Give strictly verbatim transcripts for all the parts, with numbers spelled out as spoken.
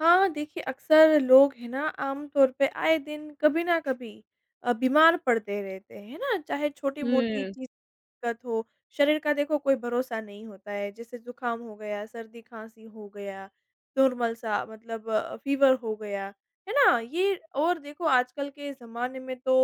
हाँ, देखिए अक्सर लोग है ना आम तौर पे आए दिन कभी ना कभी अ, बीमार पड़ते रहते हैं, है ना? चाहे छोटी-मोटी हुँ। चीज़ दिक्कत हो, शरीर का देखो कोई भरोसा नहीं होता है, जैसे जुकाम हो गया, सर्दी-खाँसी हो गया, नॉर्मल-सा मतलब अ, फ़ीवर हो गया, है ना? ये और देखो आजकल के ज़माने में तो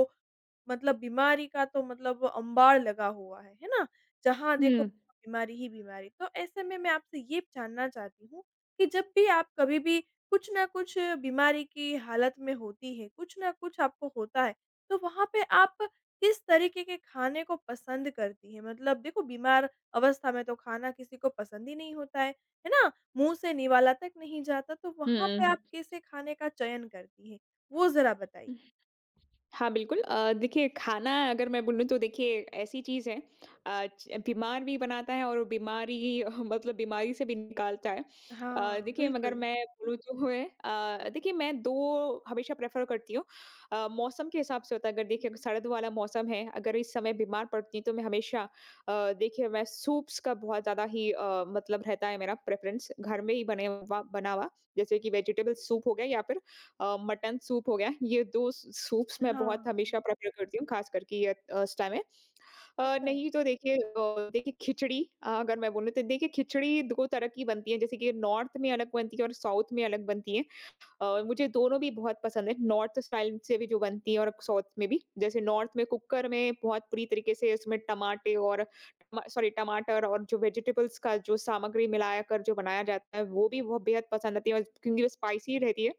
मतलब बीमारी का तो मतलब अम्बार लगा हुआ है, है ना? जहाँ देखो हुँ, बीमारी ही बीमारी। तो ऐसे में मैं आपसे ये जानना चाहती हूँ कि जब भी आप कभी भी कुछ ना कुछ बीमारी की हालत में होती है, कुछ ना कुछ आपको होता है, तो वहाँ पे आप किस तरीके के खाने को पसंद करती हैं? मतलब देखो बीमार अवस्था में तो खाना किसी को पसंद ही नहीं होता है, है ना? मुँह से निवाला तक नहीं जाता, तो हुँ, वहाँ पे हुँ। आप कैसे खाने का चयन करती हैं? वो ज़रा बताइए। हाँ, बिल्कुल अ, देखिए खाना अगर मैं बोलूँ तो देखिए ऐसी चीज़ है अ, च बीमार भी बनाता है और बीमारी मतलब बीमारी से भी निकालता है। अ, हाँ, देखिए मगर बिल्कुल। मैं बोलूँ तो है अ, देखिए मैं दो हमेशा प्रेफ़र करती हूँ। अ, मौसम के हिसाब से होता है, अगर देखिए अगर सर्द वाला मौसम है, अगर इस समय बीमार पड़ती हूँ तो मैं हमेशा अ, देखिए मैं सूप्स का बहुत ज़्यादा ही अ, मतलब रहता है मेरा प्रेफ़रेंस, घर में ही बने हुआ बना हुआ, जैसे कि वेजिटेबल सूप हो गया या फिर अ, मटन सूप हो गया। ये दो स सूप्स मैं बहुत हाँ, हमेशा प्रेफ़र करती हूँ, ख़ास करके ये अ, इस टाइम में। अ, अच्छा। नहीं तो देखिए अ, देखिए खिचड़ी अ, अगर मैं बोलूँ तो देखिए खिचड़ी दो तरह की बनती है, जैसे कि नॉर्थ में अलग बनती है और साउथ में अलग बनती है। अ, मुझे दोनों भी बहुत पसंद है, नॉर्थ स्टाइल से भी जो बनती है और साउथ में भी। जैसे नॉर्थ में कुकर में बहुत पूरी तरीके से इसमें टमाटे और टमा सॉरी टमाटर और जो वेजिटेबल्स का जो सामग्री मिलाया कर जो बनाया जाता है, वो भी बहुत बेहद पसंद आती है, और क्योंकि वो स्पाइसी रहती है।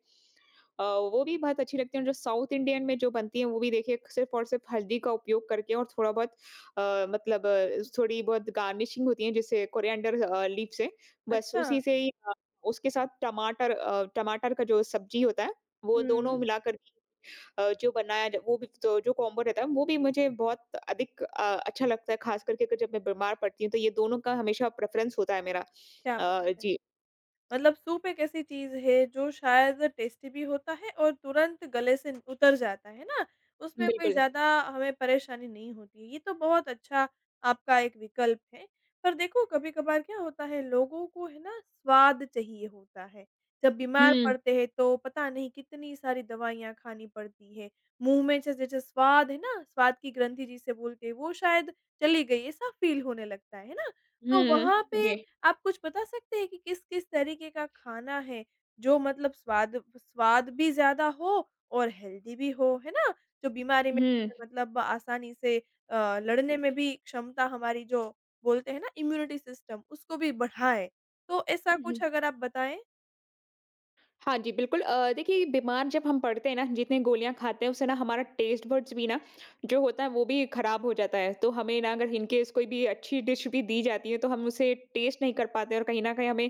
अ, वो भी बहुत अच्छी लगती है, और जो साउथ इंडियन में जो बनती है वो भी देखिए सिर्फ और सिर्फ हल्दी का उपयोग करके और थोड़ा बहुत अ, मतलब अ, थोड़ी बहुत गार्निशिंग होती है, जैसे कोरिएंडर लीफ से, बस अच्छा। उसी से ही। अ, उसके साथ टमाटर अ, टमाटर का जो सब्जी होता है वो हुँ, दोनों मिलाकर के, अ, जो बनाया जा- वो भी तो जो कॉम्बो रहता है वो भी मुझे बहुत अधिक अ, अच्छा लगता है, खास करके अगर जब मैं बीमार पड़ती हूँ तो ये दोनों का हमेशा प्रेफरेंस होता है मेरा। क्या बात अ, है! जी। मतलब सूप एक ऐसी चीज़ है जो शायद टेस्टी भी होता है और तुरंत गले से उतर जाता है ना, उसमें कोई बिल्कुल। ज़्यादा हमें परेशानी नहीं होती है। ये तो बहुत अच्छा आपका एक विकल्प है। पर देखो कभी-कभार क्या होता है लोगों को है ना स्वाद चाहिए होता है। जब बीमार हम्म। पड़ते हैं तो पता नहीं कितनी सारी दवाइयाँ खानी पड़ती है। मुँह में जैसे-जैसे स्वाद है ना, स्वाद की ग्रंथि जिसे बोलते हैं वो शायद चली गई ऐसा फ़ील होने लगता है, है ना? तो वहाँ पे हम्म जी। आप कुछ बता सकते हैं कि किस-किस तरीके का खाना है, जो मतलब स्वाद स्वाद भी ज़्यादा हो और हेल्दी भी हो, है ना? जो बीमारी में हम्म। मतलब आसानी से अ, लड़ने में भी क्षमता हमारी जो बोलते हैं ना इम्यूनिटी सिस्टम उसको भी बढ़ाए। तो ऐसा कुछ अगर आप बताएँ? हाँ जी, बिल्कुल। अ, देखिए बीमार जब हम पड़ते हैं ना, जितनी गोलियाँ खाते हैं उससे ना हमारा टेस्ट बड्स भी ना जो होता है वो भी खराब हो जाता है। तो हमें ना अगर इन केस कोई भी अच्छी डिश भी दी जाती है तो हम उसे टेस्ट नहीं कर पाते, और कहीं न कहीं हमें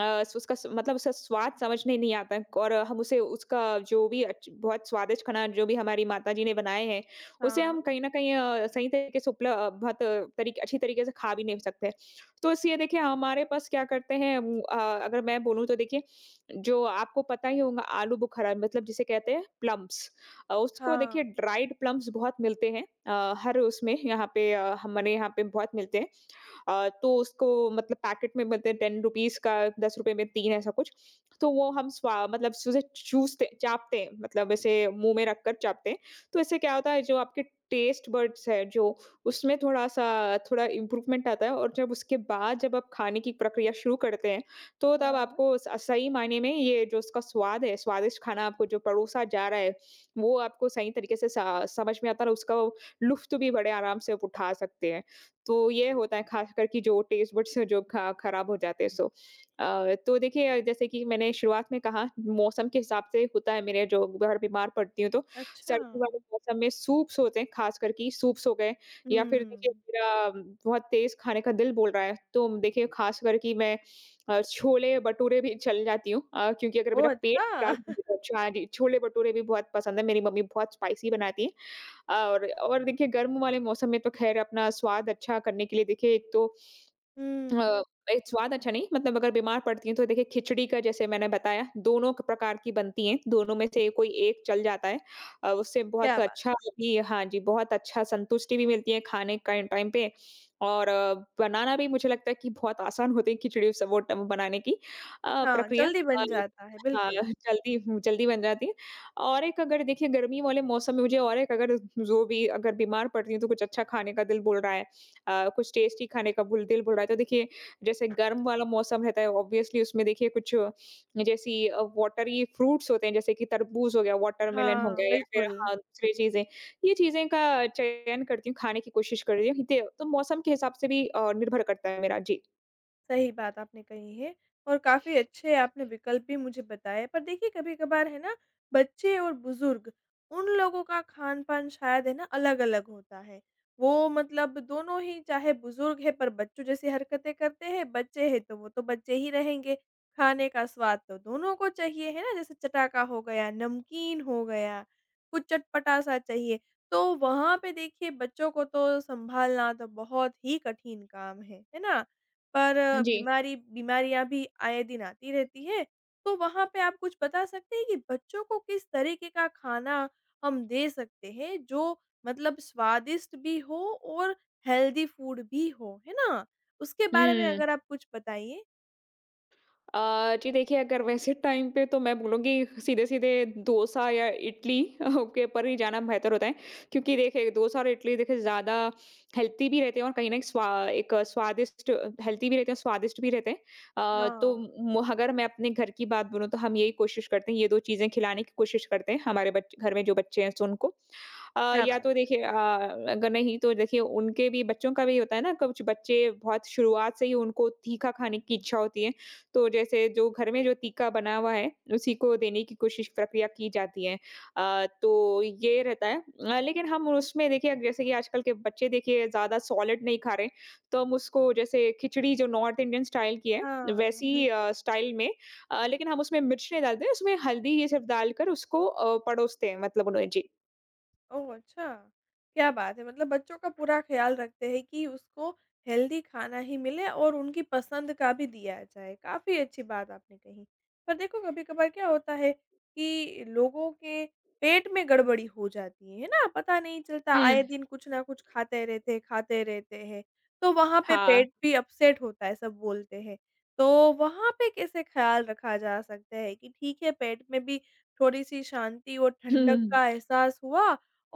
अ, उसका स- मतलब उसका स्वाद समझने नहीं आता है, और हम उसे उसका जो भी अच्छ बहुत स्वादिष्ट खाना जो भी हमारी माताजी ने बनाए हैं, उसे हाँ। हम कहीं न कहीं अ, सही तरीके से उपल अ, बहुत अ, तरीके अच्छी तरीके से खा भी नहीं सकते। तो इसलिए देखिए हमारे पास क्या करते हैं, उम, अ, अगर मैं बोलूँ तो देखिए जो आपको पता ही होगा, आलू बुखारा मतलब जिसे कहते हैं प्लम्स। अ, उसको देखिए हाँ, ड्राइड प्लम्स बहुत मिलते हैं, अ, हर उसमें यहाँ पे अ, हमारे यहाँ पे बहुत मिलते हैं। अ, तो उसको मतलब पैकेट में मिलते हैं, दस रुपीज़ का दस रुपए में तीन ऐसा कुछ। तो वो हम स्वा मतलब उसे चूसते चाटते हैं, मतलब ऐसे मुँह में रखकर चाटते हैं। तो इससे क्या होता है जो आपके टेस्ट बड्स है जो, उसमें थोड़ा-सा थोड़ा इम्प्रूवमेंट आता है, और जब उसके बाद जब आप खाने की प्रक्रिया शुरू करते हैं, तो तब हाँ। आपको स सही मायने में ये जो उसका स्वाद है, स्वादिष्ट खाना आपको जो परोसा जा रहा है, वो आपको सही तरीके से सा समझ में आता है, और उसका लुफ़्त भी बड़े आराम से आप उठा सकते हैं। तो ये होता है ख़ासकर कि जो टेस्ट बड्स जो ख़ा ख़राब हो जाते हैं सो। अ, तो देखिए अ, जैसे कि मैंने शुरुआत में कहा, मौसम के हिसाब से होता है मेरे जो, अगर बीमार पड़ती हूँ तो अच्छा। सर्दी वाले मौसम में सूप्स होते हैं, ख़ासकर कि सूप्स हो गए, या फिर देखिए हुँ। मेरा अम, बहुत तेज़ खाने का दिल बोल रहा है तो देखिए ख़ासकर कि मैं अ, छोले-भटूरे भी चल जाती हूँ। अ, क्योंकि अगर मेरा ओह! पेट ख़राब अच्छा। नहीं होता अच्छा, हाँ जी, छोले-भटूरे भी बहुत पसंद है, मेरी मम्मी बहुत स्पाइसी बनाती हैं। और और देखिए गर्म वाले मौसम में तो ख़ैर अपना स्वाद अच्छा करने के लिए देखिए एक तो अ, हुँ। एक स्वाद अच्छा नहीं मतलब अगर बीमार पड़ती हैं तो देखिए खिचड़ी का, जैसे मैंने बताया दोनों क प्रकार की बनती हैं, दोनों में से कोई एक चल जाता है। अ, उससे बहुत क्या बात! अच्छा भी, हाँ जी, बहुत अच्छा संतुष्टि भी मिलती है खाने का टाइम पे, और अ, बनाना भी मुझे लगता है कि बहुत आसान होती है। खिचड़ी स वो ट बनाने की अ, हाँ, प्रक्रिया। जल्दी अ, बन जाता है, हाँ, बिल्कुल। जल्दी जल्दी बन जाती है, और एक अगर देखिए गर्मी वाले मौसम में मुझे, और एक अगर जो भी अगर बीमार पड़ती हूँ तो कुछ अच्छा खाने का दिल बोल रहा है, अ, कुछ टेस्टी खाने का भूल दिल भुल रहा है तो देखिए जैसे गर्म वाला मौसम रहता है, ऑब्वियसली उसमें देखिए कुछ जैसी अ, जैसी वाटरी फ्रूट्स होते हैं, जैसे कि तरबूज हो गया, वाटरमेलन हो हाँ, गया, या फिर बिल्कुल। हाँ दूसरी चीजें, ये चीजें का चयन करती हूँ, खाने की कोशिश करती हूँ। तो मौसम के हिसाब से भी अ, निर्भर करता है मेरा जी। सही बात आपने कही है और काफ़ी अच्छे आपने विकल्प भी मुझे बताए। पर देखिए कभी-कभार है ना बच्चे और बुज़ुर्ग उन लोगों का खान-पान शायद है ना अलग-अलग होता है। वो मतलब दोनों ही चाहे बुज़ुर्ग है पर बच्चों जैसी हरकतें करते हैं, बच्चे हैं तो वो तो बच्चे ही रहेंगे। खाने का स्वाद तो दोनों को चाहिए है ना जैसे चटाका हो गया, नमकीन हो गया, कुछ चटपटा-सा चाहिए। तो वहाँ पे देखिए बच्चों को तो सँभालना तो बहुत ही कठिन काम है। है ना? पर हाँ अ, जी। बीमारी बीमारियाँ भी आए दिन आती रहती हैं, तो वहाँ पे आप कुछ बता सकते हैं कि बच्चों को किस तरीके का खाना हम दे सकते हैं, जो मतलब स्वादिष्ट भी हो और हेल्दी फूड भी हो, है ना? उसके बारे में हम्म। अगर आप कुछ बताइए। अ, जी देखिए, अगर वैसे टाइम पे तो मैं बोलूँगी सीधे-सीधे डोसा या इडली के ऊपर ही जाना बेहतर होता है। क्योंकि देखिए डोसा और इडली देखिए ज़्यादा हेल्थी भी रहते हैं, और कहीं न स्वा एक स्वादिष्ट हेल्थी भी रहते हैं, स्वादिष्ट भी रहते हैं। अ, तो हाँ, म अगर मैं अपने घर की बात बोलूँ तो हम यही कोशिश करते हैं, ये दो चीज़ें खिलाने की कोशिश करते हैं, हमारे बच घर में जो बच्चे हैं सो उनको। अ, क्या या बात तो है! देखिए अ, अगर नहीं तो देखिए उनके भी बच्चों का भी होता है ना, कुछ बच्चे बहुत शुरुआत से ही उनको तीखा खाने की इच्छा होती है। तो जैसे जो घर में जो तीखा बना हुआ है, उसी को देने की कोशिश प्रक्रिया की जाती है। अ, तो ये रहता है। अ, लेकिन हम उसमें देखिए अग- जैसे कि आजकल के बच्चे देखिए ज़्यादा सॉलिड नहीं खा रहे, तो हम उसको जैसे खिचड़ी जो नॉर्थ इंडियन स्टाइल की है, हाँ, वैसी बिल्कुल। अ, स्टाइल में अ, लेकिन हम उसमें मिर्च नहीं डालते, उसमें हल्दी ये सब डालकर उसको अ, पड़ोसते हैं, मतलब उन्हें। जी। ओह! अच्छा, क्या बात है! मतलब बच्चों का पूरा ख़्याल रखते हैं कि उसको हेल्दी खाना ही मिले और उनकी पसंद का भी दिया जाए, काफ़ी अच्छी बात आपने कही। पर देखो कभी-कभार क्या होता है कि लोगों के पेट में गड़बड़ी हो जाती है, है ना? पता नहीं चलता आए दिन कुछ ना कुछ खाते रहते हैं खाते रहते हैं, तो वहाँ पे हाँ। पेट भी अपसेट होता है सब बोलते हैं। तो वहाँ पे कैसे ख़्याल रखा जा सकता है कि ठीक है पेट में भी थोड़ी-सी शांति और हुँ, हुँ, ठंडक हुँ। का एहसास हुआ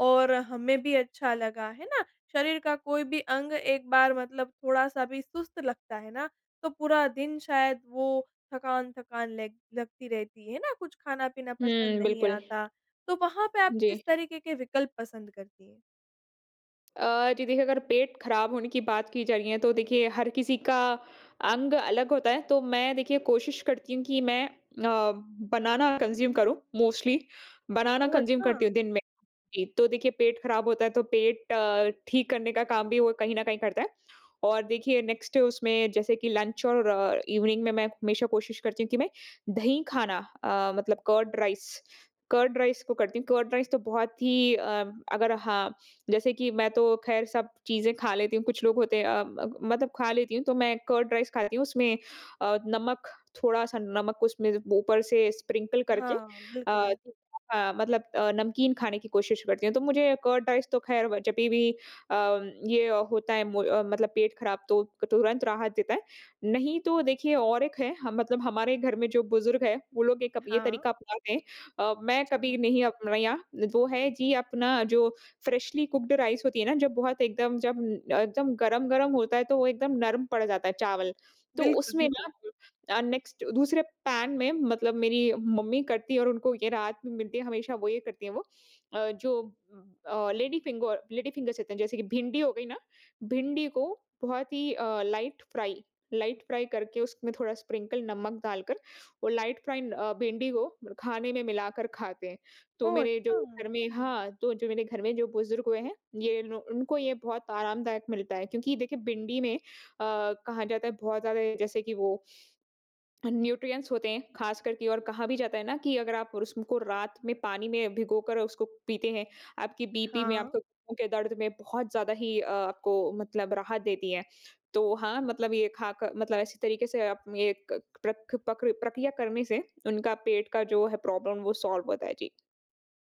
और हमें भी अच्छा लगा, है ना? शरीर का कोई भी अंग एक बार मतलब थोड़ा-सा भी सुस्त लगता है ना, तो पूरा दिन शायद वो थकान-थकान लग लगती रहती है ना, कुछ खाना-पीना पसंद हुँ, नहीं बिल्कुल। आता। तो वहाँ पे आप जी। किस तरीके के विकल्प पसंद करती हैं? अ, जी देखिए, अगर पेट खराब होने की बात की जा रही है तो देखिए हर किसी का अंग अलग होता है, तो मैं देखिए कोशिश करती हूँ कि मैं अ, बनाना कंज्यूम करूँ, मोस्टली बनाना ओह! कंज्यूम अच्छा। करती हूँ दिन में। जी। तो देखिए पेट खराब होता है तो पेट अ, ठीक करने का काम भी वो कहीं ना कहीं करता है। और देखिए नेक्स्ट उसमें जैसे कि लंच और इवनिंग में मैं हमेशा कोशिश करती हूँ कि मैं दही खाना, अ, मतलब कर्ड राइस, कर्ड राइस को करती हूँ कर्ड राइस तो बहुत ही अ, अगर हाँ, जैसे कि मैं तो ख़ैर सब चीज़ें खा लेती हूँ, कुछ लोग होते हैं अ, म मतलब खा लेती हूँ, तो मैं कर्ड राइस खाती हूँ, उसमें अ, नमक, थोड़ा-सा नमक उसमें ऊपर से स्प्रिंकल करके, हाँ, अ, बिल्कुल। अ, मतलब अ, नमकीन खाने की कोशिश करती हूँ। तो मुझे कर्ड राइस तो ख़ैर व जभी भी अ, ये होता है मो अ, मतलब पेट ख़राब तो तुरंत राहत देता है। नहीं तो देखिए और एक है हम मतलब हमारे घर में जो बुज़ुर्ग हैं, वो लोग एक अप ये हाँ, तरीका अपनाते हैं। अ, मैं कभी अच्छा। नहीं अपनाया, वो है जी अपना जो फ्रेशली कुक्ड राइस होती है ना, जब बहुत एकदम जब अ, एकदम गरम-गरम होता है, तो वो एकदम नरम पड़ जाता है चावल। तो बिल्कुल, उसमें बिल्कुल। ना अ, नेक्स्ट दूसरे पैन में मतलब मेरी मम्मी करती है, और उनको ये राहत भी मिलती है, हमेशा वो ये करती हैं वो अ, जो अ, लेडी फिंगर लेडी फिंगर्स होते हैं, जैसे कि भिंडी हो गई ना, भिंडी को बहुत ही अ, लाइट फ्राई लाइट फ्राई करके उसमें थोड़ा स्प्रिंकल नमक डालकर, वो लाइट फ्राई अ, भिंडी को खाने में मिलाकर खाते हैं। तो ओह! मेरे जो अच्छा। घर में हाँ, तो जो मेरे घर में जो बुज़ुर्ग हुए हैं, ये नो उनको ये बहुत आरामदायक मिलता है, क्योंकि देखिए भिंडी में अ, कहा जाता है बहुत ज़्यादा जैसे कि वो न्यूट्रिएंट्स होते हैं ख़ास करके, और कहा भी जाता है ना कि अगर आप उसको रात में पानी में भिगोकर उसको पीते हैं, आपकी बीपी में, हाँ। आपके घुटनों के दर्द में बहुत ज़्यादा ही अ, आपको मतलब राहत देती है। तो हाँ, मतलब ये खाकर मतलब ऐसी तरीके से आप ये क प्रक पक्र प्रक्रिया करने से उनका पेट का जो है प्रॉब्लम वो सॉल्व होता है। जी।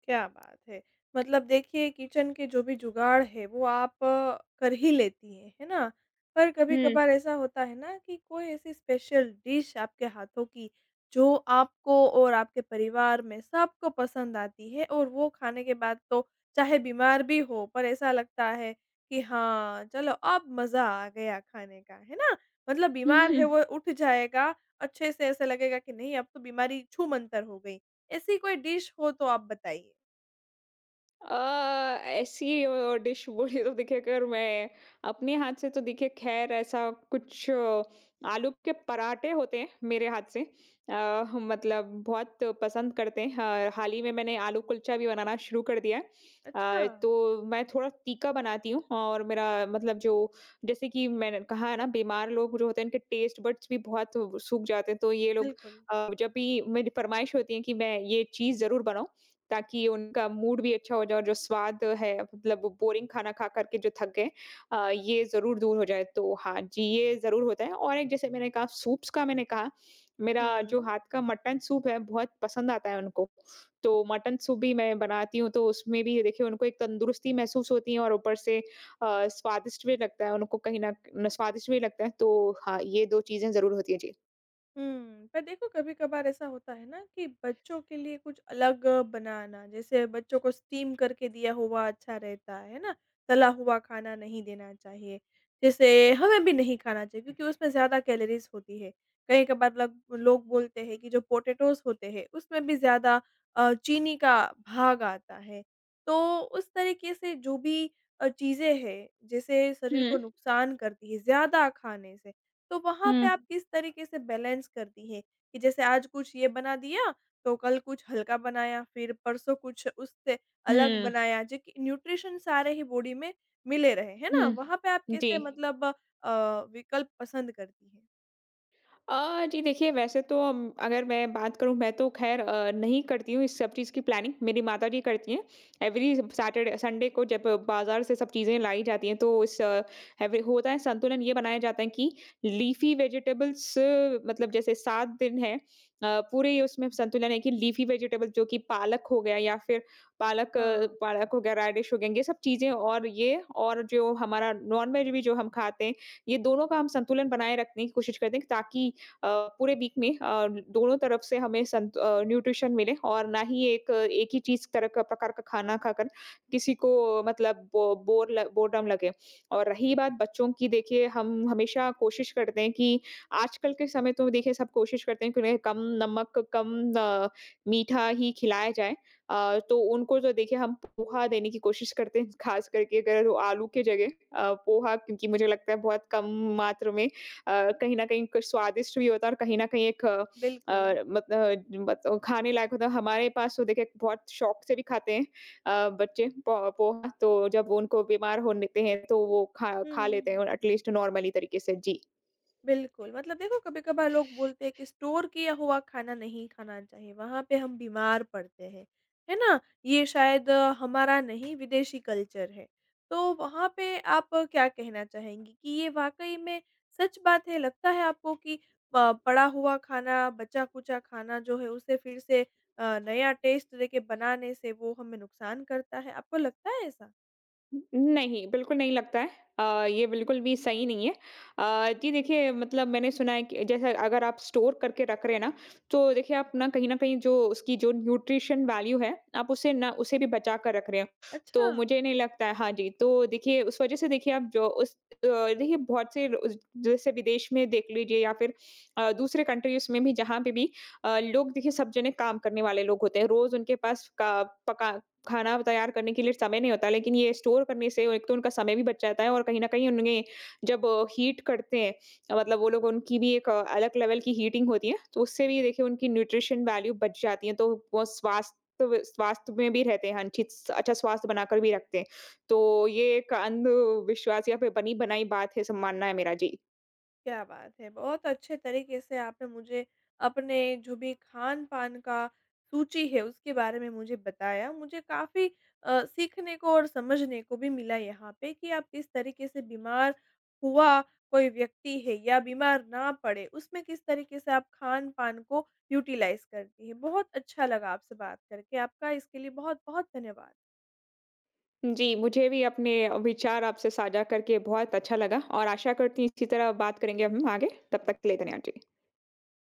क्या बात है! मतलब देखिए किचन के जो भी जुगाड़ है वो आप अ, कर ही लेती हैं, है ना? पर हुँ। कभी-कभार ऐसा होता है ना कि कोई ऐसी स्पेशल डिश आपके हाथों की जो आपको और आपके परिवार में सबको पसंद आती है और वो खाने के बाद तो चाहे बीमार भी हो पर ऐसा लगता है कि हाँ, चलो अब मज़ा आ गया खाने का, है ना? मतलब बीमार हुँ, है वो उठ जाएगा, अच्छे से ऐसा लगेगा कि नहीं अब तो बीमारी छूमंतर हो गई। ऐसी कोई डिश हो तो आप बताइए? अ, ऐसी अ, डिश बोलिए तो देखिए अगर मैं अपने हाथ से तो देखिए ख़ैर ऐसा कुछ अ, आलू के पराठे होते हैं मेरे हाथ से, अ, मतलब बहुत पसंद करते हैं। ह हाल ही में मैंने आलू कुलचा भी बनाना शुरू कर दिया है। अच्छा! अ, तो मैं थोड़ा तीखा बनाती हूँ, और मेरा मतलब जो जैसे कि मैंने कहा है ना बीमार लोग जो होते हैं, इनके टेस्ट बड्स भी बहुत सूख जाते हैं। तो ये लोग बिल्कुल। अ, जब भी मेरी फ़रमाइश होती है कि मैं ये चीज़ ज़रूर बनाऊँ। ताकि उनका मूड भी अच्छा हो जाए और जो स्वाद है मतलब बोरिंग खाना खा कर के जो थक गए अ, ये ज़रूर दूर हो जाए। तो हाँ जी, ये ज़रूर होता है और एक जैसे मैंने कहा सूप्स का मैंने कहा, मेरा जो हुँ। हाथ का मटन सूप है बहुत पसंद आता है उनको। तो मटन सूप भी मैं बनाती हूँ तो उसमें भी देखिए उनको एक तंदुरुस्ती महसूस होती है और ऊपर से अ, स्वादिष्ट भी लगता है उनको कहीं न न स्वादिष्ट भी लगता है। तो हाँ, ये दो चीज़ें ज़रूर होती हैं। जी। हुँ, पर देखो कभी-कभार ऐसा होता है ना कि बच्चों के लिए कुछ अलग बनाना, जैसे बच्चों को स्टीम करके दिया हुआ अच्छा रहता है, है ना? तला हुआ खाना नहीं देना चाहिए, जैसे हमें भी नहीं खाना चाहिए क्योंकि उसमें ज़्यादा कैलोरीज़ होती है। कहीं-कभार लग लोग बोलते हैं कि जो पोटैटोज़ होते हैं, उसमें भी ज़्यादा अ, चीनी का भाग आता है। तो उस तरीके से जो भी अ, चीज़ें हैं, जैसे शरीर को हुँ, नुकसान करती है ज़्यादा खाने से, तो वहाँ पे हुँ, आप किस तरीके से बैलेंस करती हैं? कि जैसे आज कुछ ये बना दिया, तो कल कुछ हल्का बनाया, फिर परसों कुछ उससे अलग हुँ, बनाया, जो कि न्यूट्रिशन सारे ही बॉडी में मिले रहे, है ना? वहाँ पे आप हुँ। जी। कैसे मतलब अ, विकल्प पसंद करती हैं? अ, जी देखिए वैसे तो अम, अगर मैं बात करूँ मैं तो ख़ैर अ, नहीं करती हूँ इस सब चीज़ की प्लानिंग मेरी माताजी करती हैं। एवरी सैटरडे संडे को जब बाज़ार से सब चीज़ें लाई जाती हैं तो इस अ, एवरी होता है संतुलन ये बनाया जाता है कि लीफ़ी वेजिटेबल्स मतलब जैसे सात दिन है अ, पूरे ये उसमें संतुलन है कि लीफ़ी वेजिटेबल जो कि पालक हो गया या फिर पालक अ, हाँ, पालक हो गया, रेडिश हो गया, ये सब चीज़ें और ये और जो हमारा नॉन-वेज भी जो हम खाते हैं, ये दोनों का हम संतुलन बनाए रखने की कोशिश करते हैं ताकि अ, पूरे वीक में अ, दोनों तरफ से हमें संत अ, न्यूट्रिशन मिले और ना ही एक एक ही चीज़ तरह का प्रकार का खाना खाकर किसी को मतलब बो, बोर ल, बोरडम लगे और रही बात बच्चों की देखिए हम हमेशा कोशिश करते हैं कि आजकल के समय तो देखिए सब कोशिश करते हैं कि उन्हें कम नमक कम अ, मीठा ही खिलाया जाए अ, तो उनको जो देखिए हम पोहा देने की कोशिश करते हैं खास करके अगर वो आलू के जगह अ, पोहा क्योंकि मुझे लगता है बहुत कम मात्रा में अ, कहीं न कहीं कुछ स्वादिष्ट भी होता है और कहीं न कहीं एक अ बिल्कुल। अ, मतलब मत खाने लायक होता है। हमारे पास तो देखिए बहुत शौक से भी खाते हैं अ, बच्चे पो पोहा, तो जब उनको बीमार होने देते हैं, तो वो खा हुँ, खा हुँ, लेते हैं और हुँ। एटलीस्ट नॉर्मली तरीके से। जी। बिल्कुल, मतलब देखो कभी-कभार लोग बोलते हैं कि स्टोर किया हुआ खाना नहीं खाना चाहिए, वहाँ पे हम बीमार पड़ते हैं, है ना? ये शायद अ, हमारा नहीं विदेशी कल्चर है। तो वहाँ पे आप अ, क्या कहना चाहेंगी कि ये वाक़ई में सच बात है? लगता है आपको कि प पड़ा हुआ खाना, बचा-कुचा खाना जो है उसे फिर से अ, नया टेस्ट देके बनाने से वो हमें नुकसान करता है? आपको लगता है ऐसा? नहीं, बिल्कुल नहीं लगता है। अ, ये बिल्कुल भी सही नहीं है। अ, जी देखिए मतलब मैंने सुना है कि जैसे अगर आप स्टोर करके रख रहे हैं ना, तो देखिए आप ना कहीं न कहीं जो उसकी जो न्यूट्रिशन वैल्यू है, आप उसे ना उसे भी बचा कर रख रहे हो। अच्छा। तो मुझे नहीं लगता है हाँ जी, तो देखिए उस वज़ह से देखिए आप जो उस अ, देखिए बहुत से उस जैसे विदेश में देख लीजिए या फिर अ, दूसरे कंट्रीज़ में भी जहाँ पे भी अ, लोग देखिए सब जने काम करने वाले लोग होते हैं। रोज़ उनके पास का पका खाना तैयार करने के लिए समय नहीं होता, लेकिन ये स्टोर करने से एक तो उनका समय भी बच जाता है और कहीं न कहीं उन्हें जब हीट करते हैं अ, मतलब वो लोग उनकी भी एक अ, अलग लेवल की हीटिंग होती है, तो उससे भी देखिए उनकी न्यूट्रिशन वैल्यू बच जाती है, तो वो स्वास्थ्य व स्वास्थ्य में भी रहते हैं, अच्छी अच्छा स्वास्थ्य बनाकर भी रखते हैं। तो ये एक अंधविश्वास या फिर बनी बनाई बात है, सब मानना है मेरा। जी। क्या बात है! बहुत अच्छे तरीके से आपने मुझे अपने जो भी खान-पान का सूची है, उसके बारे में मुझे बताया। मुझे काफ़ी अ, सीखने को और समझने को भी मिला यहाँ पे कि आप किस तरीके से बीमार हुआ कोई व्यक्ति है या बीमार ना पड़े, उसमें किस तरीके से आप खान-पान को यूटिलाइज़ करती हैं। बहुत अच्छा लगा आपसे बात करके। आपका इसके लिए बहुत-बहुत धन्यवाद। जी, मुझे भी अपने विचार आपसे साझा करके बहुत अच्छा लगा और आशा करती हूँ इसी तरह बात करेंगे हम आगे। तब तक के लिए धन्यवाद। जी।